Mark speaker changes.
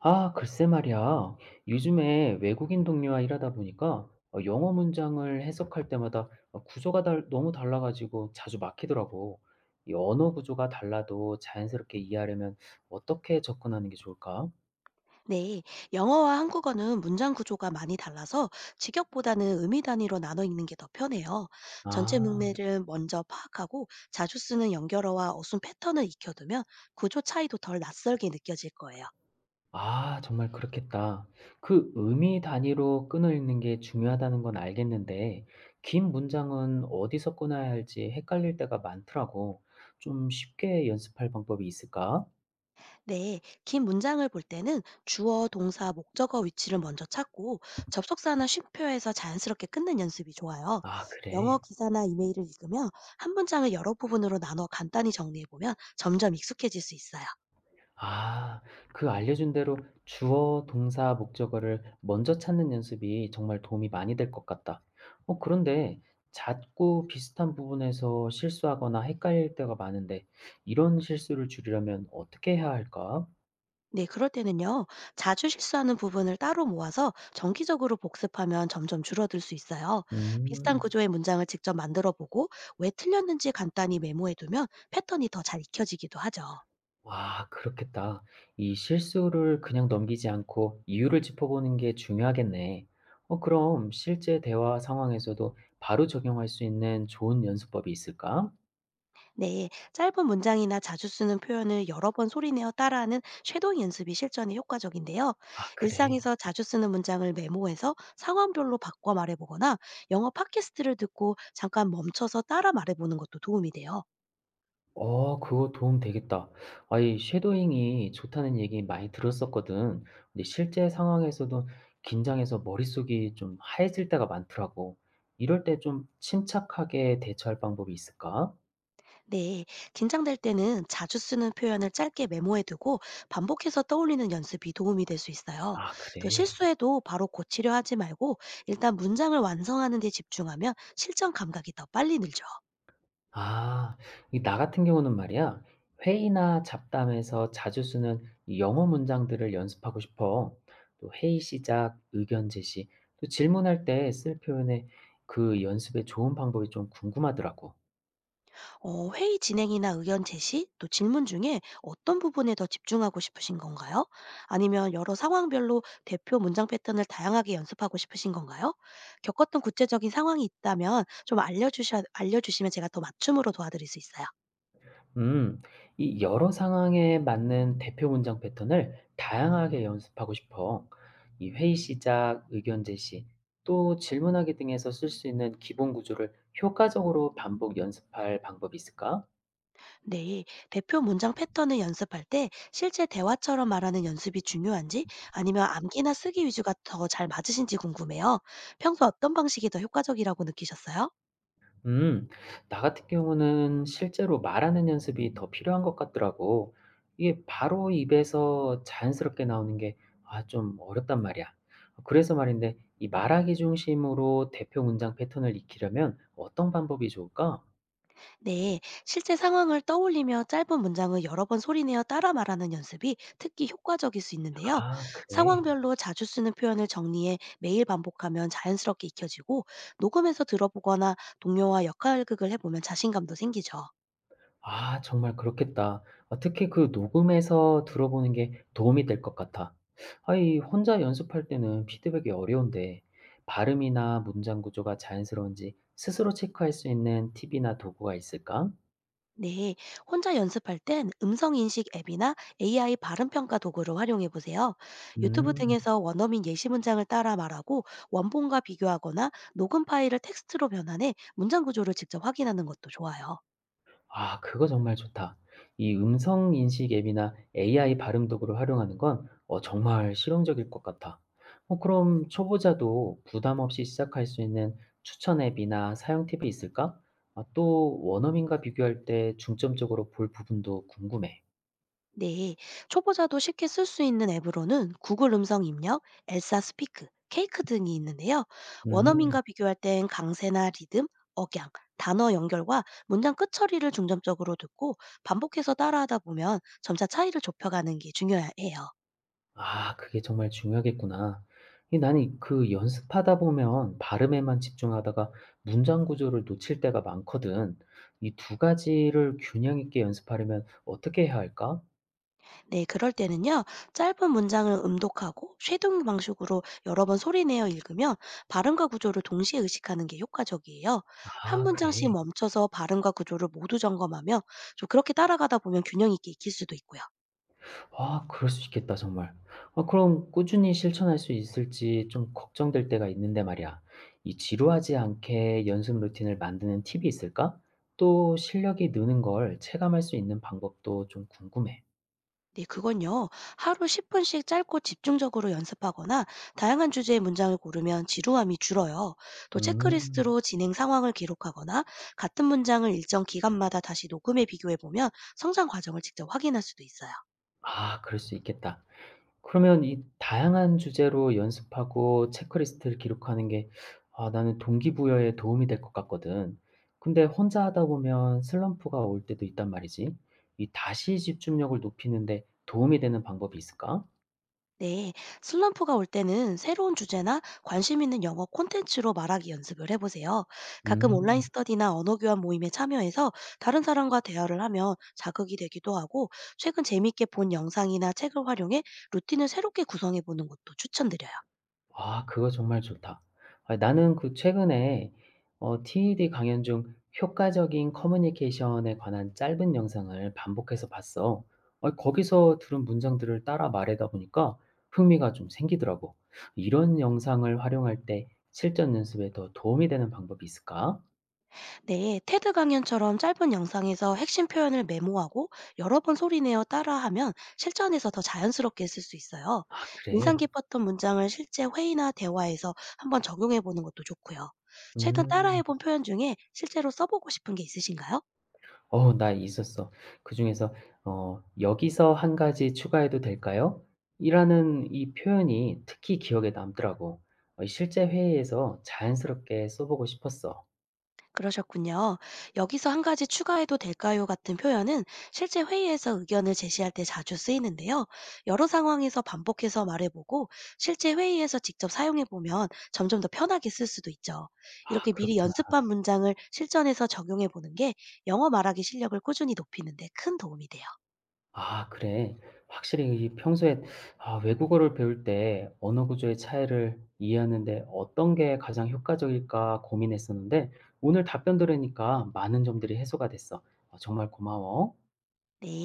Speaker 1: 아, 글쎄 말이야. 요즘에 외국인 동료와 일하다 보니까 영어 문장을 해석할 때마다 구조가 너무 달라가지고 자주 막히더라고. 이 언어 구조가 달라도 자연스럽게 이해하려면 어떻게 접근하는 게 좋을까?
Speaker 2: 네, 영어와 한국어는 문장 구조가 많이 달라서 직역보다는 의미 단위로 나눠 읽는 게 더 편해요. 전체
Speaker 1: 아,
Speaker 2: 문맥을 먼저 파악하고 자주 쓰는 연결어와 어순 패턴을 익혀두면 구조 차이도 덜 낯설게 느껴질 거예요.
Speaker 1: 정말 그렇겠다. 그 의미 단위로 끈을 읽는 게 중요하다는 건 알겠는데, 긴 문장은 어디서 끊어야 할지 헷갈릴 때가 많더라고. 좀 쉽게 연습할 방법이 있을까?
Speaker 2: 네, 긴 문장을 볼 때는 주어, 동사, 목적어 위치를 먼저 찾고 접속사나 쉼표에서 자연스럽게 끊는 연습이 좋아요.
Speaker 1: 아,
Speaker 2: 영어
Speaker 1: 그래.
Speaker 2: 기사나 이메일을 읽으며 한 문장을 여러 부분으로 나눠 간단히 정리해보면 점점 익숙해질 수 있어요.
Speaker 1: 아. 그 알려준 대로 주어, 동사, 목적어를 먼저 찾는 연습이 정말 도움이 많이 될 것 같다. 어, 그런데 자꾸 비슷한 부분에서 실수하거나 헷갈릴 때가 많은데 이런 실수를 줄이려면 어떻게 해야 할까?
Speaker 2: 네, 그럴 때는요, 자주 실수하는 부분을 따로 모아서 정기적으로 복습하면 점점 줄어들 수 있어요. 비슷한
Speaker 1: 음.
Speaker 2: 구조의 문장을 직접 만들어 보고 왜 틀렸는지 간단히 메모해 두면 패턴이 더 잘 익혀지기도 하죠.
Speaker 1: 와, 그렇겠다. 이 실수를 그냥 넘기지 않고 이유를 짚어보는 게 중요하겠네. 어, 그럼 실제 대화 상황에서도 바로 적용할 수 있는 좋은 연습법이 있을까?
Speaker 2: 네, 짧은 문장이나 자주 쓰는 표현을 여러 번 소리내어 따라하는 쉐도잉 연습이 실전에 효과적인데요.
Speaker 1: 아, 그래.
Speaker 2: 일상에서 자주 쓰는 문장을 메모해서 상황별로 바꿔 말해보거나 영어 팟캐스트를 듣고 잠깐 멈춰서 따라 말해보는 것도 도움이 돼요.
Speaker 1: 어, 그거 도움 되겠다. 아, 이 섀도잉이 좋다는 얘기 많이 들었었거든. 근데 실제 상황에서도 긴장해서 머릿속이 좀 하얘질 때가 많더라고. 이럴 때 좀 침착하게 대처할 방법이 있을까?
Speaker 2: 네, 긴장될 때는 자주 쓰는 표현을 짧게 메모해두고 반복해서 떠올리는 연습이 도움이 될 수 있어요.
Speaker 1: 아,
Speaker 2: 또
Speaker 1: 그래.
Speaker 2: 실수해도 바로 고치려 하지 말고 일단 문장을 완성하는 데 집중하면 실전 감각이 더 빨리 늘죠.
Speaker 1: 아, 이 나 같은 경우는 말이야. 회의나 잡담에서 자주 쓰는 이 영어 문장들을 연습하고 싶어. 또 회의 시작, 의견 제시, 또 질문할 때 쓸 표현에 그 연습에 좋은 방법이 좀 궁금하더라고.
Speaker 2: 회의 진행이나 의견 제시, 또 질문 중에 어떤 부분에 더 집중하고 싶으신 건가요? 아니면 여러 상황별로 대표 문장 패턴을 다양하게 연습하고 싶으신 건가요? 겪었던 구체적인 상황이 있다면 좀 알려주시면 제가 더 맞춤으로 도와드릴 수 있어요.
Speaker 1: 음, 이 여러 상황에 맞는 대표 문장 패턴을 다양하게 연습하고 싶어. 이 회의 시작, 의견 제시, 또 질문하기 등에서 쓸 수 있는 기본 구조를 효과적으로 반복 연습할 방법이 있을까?
Speaker 2: 네, 대표 문장 패턴을 연습할 때 실제 대화처럼 말하는 연습이 중요한지 아니면 암기나 쓰기 위주가 더 잘 맞으신지 궁금해요. 평소 어떤 방식이 더 효과적이라고 느끼셨어요?
Speaker 1: 음, 나 같은 경우는 실제로 말하는 연습이 더 필요한 것 같더라고. 이게 바로 입에서 자연스럽게 나오는 게, 아, 좀 어렵단 말이야. 그래서 말인데, 이 말하기 중심으로 대표 문장 패턴을 익히려면 어떤 방법이 좋을까?
Speaker 2: 네, 실제 상황을 떠올리며 짧은 문장을 여러 번 소리내어 따라 말하는 연습이 특히 효과적일 수 있는데요.
Speaker 1: 아, 그래.
Speaker 2: 상황별로 자주 쓰는 표현을 정리해 매일 반복하면 자연스럽게 익혀지고 녹음해서 들어보거나 동료와 역할극을 해보면 자신감도 생기죠.
Speaker 1: 아, 정말 그렇겠다. 아, 특히 그 녹음해서 들어보는 게 도움이 될 것 같아. 아이 혼자 연습할 때는 피드백이 어려운데 발음이나 문장 구조가 자연스러운지 스스로 체크할 수 있는 팁이나 도구가 있을까?
Speaker 2: 네, 혼자 연습할 땐 음성인식 앱이나 AI 발음평가 도구를 활용해 보세요. 유튜브
Speaker 1: 음.
Speaker 2: 등에서 원어민 예시 문장을 따라 말하고 원본과 비교하거나 녹음 파일을 텍스트로 변환해 문장 구조를 직접 확인하는 것도 좋아요.
Speaker 1: 아, 그거 정말 좋다. 이 음성 인식 앱이나 AI 발음 도구를 활용하는 건 어, 정말 실용적일 것 같아. 어, 그럼 초보자도 부담 없이 시작할 수 있는 추천 앱이나 사용 팁이 있을까? 아, 또 원어민과 비교할 때 중점적으로 볼 부분도 궁금해.
Speaker 2: 네, 초보자도 쉽게 쓸 수 있는 앱으로는 구글 음성 입력, 엘사 스피크, 케이크 등이 있는데요.
Speaker 1: 음.
Speaker 2: 원어민과 비교할 땐 강세나 리듬, 억양, 단어 연결과 문장 끝 처리를 중점적으로 듣고 반복해서 따라하다 보면 점차 차이를 좁혀가는 게 중요해요.
Speaker 1: 아, 그게 정말 중요하겠구나. 이 나는 그 연습하다 보면 발음에만 집중하다가 문장 구조를 놓칠 때가 많거든. 이 두 가지를 균형 있게 연습하려면 어떻게 해야 할까?
Speaker 2: 네, 그럴 때는요, 짧은 문장을 음독하고 쉐도잉 방식으로 여러 번 소리내어 읽으면 발음과 구조를 동시에 의식하는 게 효과적이에요. 한
Speaker 1: 아,
Speaker 2: 문장씩
Speaker 1: 그래.
Speaker 2: 멈춰서 발음과 구조를 모두 점검하며 좀 그렇게 따라가다 보면 균형 있게 익힐 수도 있고요.
Speaker 1: 아, 그럴 수 있겠다 정말. 아, 그럼 꾸준히 실천할 수 있을지 좀 걱정될 때가 있는데 말이야. 이 지루하지 않게 연습 루틴을 만드는 팁이 있을까? 또 실력이 느는 걸 체감할 수 있는 방법도 좀 궁금해.
Speaker 2: 네, 그건요, 하루 10분씩 짧고 집중적으로 연습하거나 다양한 주제의 문장을 고르면 지루함이 줄어요. 또
Speaker 1: 음.
Speaker 2: 체크리스트로 진행 상황을 기록하거나 같은 문장을 일정 기간마다 다시 녹음해 비교해 보면 성장 과정을 직접 확인할 수도 있어요.
Speaker 1: 아, 그럴 수 있겠다. 그러면 이 다양한 주제로 연습하고 체크리스트를 기록하는 게 아, 나는 동기부여에 도움이 될 것 같거든. 근데 혼자 하다 보면 슬럼프가 올 때도 있단 말이지. 이 다시 집중력을 높이는 데 도움이 되는 방법이 있을까?
Speaker 2: 네, 슬럼프가 올 때는 새로운 주제나 관심 있는 영어 콘텐츠로 말하기 연습을 해보세요. 가끔 온라인
Speaker 1: 음.
Speaker 2: 스터디나 언어 교환 모임에 참여해서 다른 사람과 대화를 하면 자극이 되기도 하고, 최근 재미있게 본 영상이나 책을 활용해 루틴을 새롭게 구성해보는 것도 추천드려요.
Speaker 1: 아, 그거 정말 좋다. 아, 나는 그 최근에 어, TED 강연 중 효과적인 커뮤니케이션에 관한 짧은 영상을 반복해서 봤어. 어, 거기서 들은 문장들을 따라 말하다 보니까 흥미가 좀 생기더라고. 이런 영상을 활용할 때 실전 연습에 더 도움이 되는 방법이 있을까?
Speaker 2: 네, 테드 강연처럼 짧은 영상에서 핵심 표현을 메모하고 여러 번 소리내어 따라하면 실전에서 더 자연스럽게 쓸 수 있어요.
Speaker 1: 아,
Speaker 2: 인상
Speaker 1: 그래.
Speaker 2: 깊었던 문장을 실제 회의나 대화에서 한번 적용해 보는 것도 좋고요. 최근
Speaker 1: 음.
Speaker 2: 따라해본 표현 중에 실제로 써보고 싶은 게 있으신가요?
Speaker 1: 어, 나 있었어. 그중에서 어, "여기서 한 가지 추가해도 될까요?" 이라는 이 표현이 특히 기억에 남더라고. 어, 실제 회의에서 자연스럽게 써 보고 싶었어.
Speaker 2: 그러셨군요. 여기서 한 가지 추가해도 될까요? 같은 표현은 실제 회의에서 의견을 제시할 때 자주 쓰이는데요. 여러 상황에서 반복해서 말해보고 실제 회의에서 직접 사용해보면 점점 더 편하게 쓸 수도 있죠.
Speaker 1: 아,
Speaker 2: 이렇게 미리
Speaker 1: 그렇구나.
Speaker 2: 연습한 문장을 실전에서 적용해보는 게 영어 말하기 실력을 꾸준히 높이는 데 큰 도움이 돼요.
Speaker 1: 아, 그래. 확실히 이 평소에 아, 외국어를 배울 때 언어 구조의 차이를 이해하는 데 어떤 게 가장 효과적일까 고민했었는데 오늘 답변 들으니까 많은 점들이 해소가 됐어. 어, 정말 고마워.
Speaker 2: 네.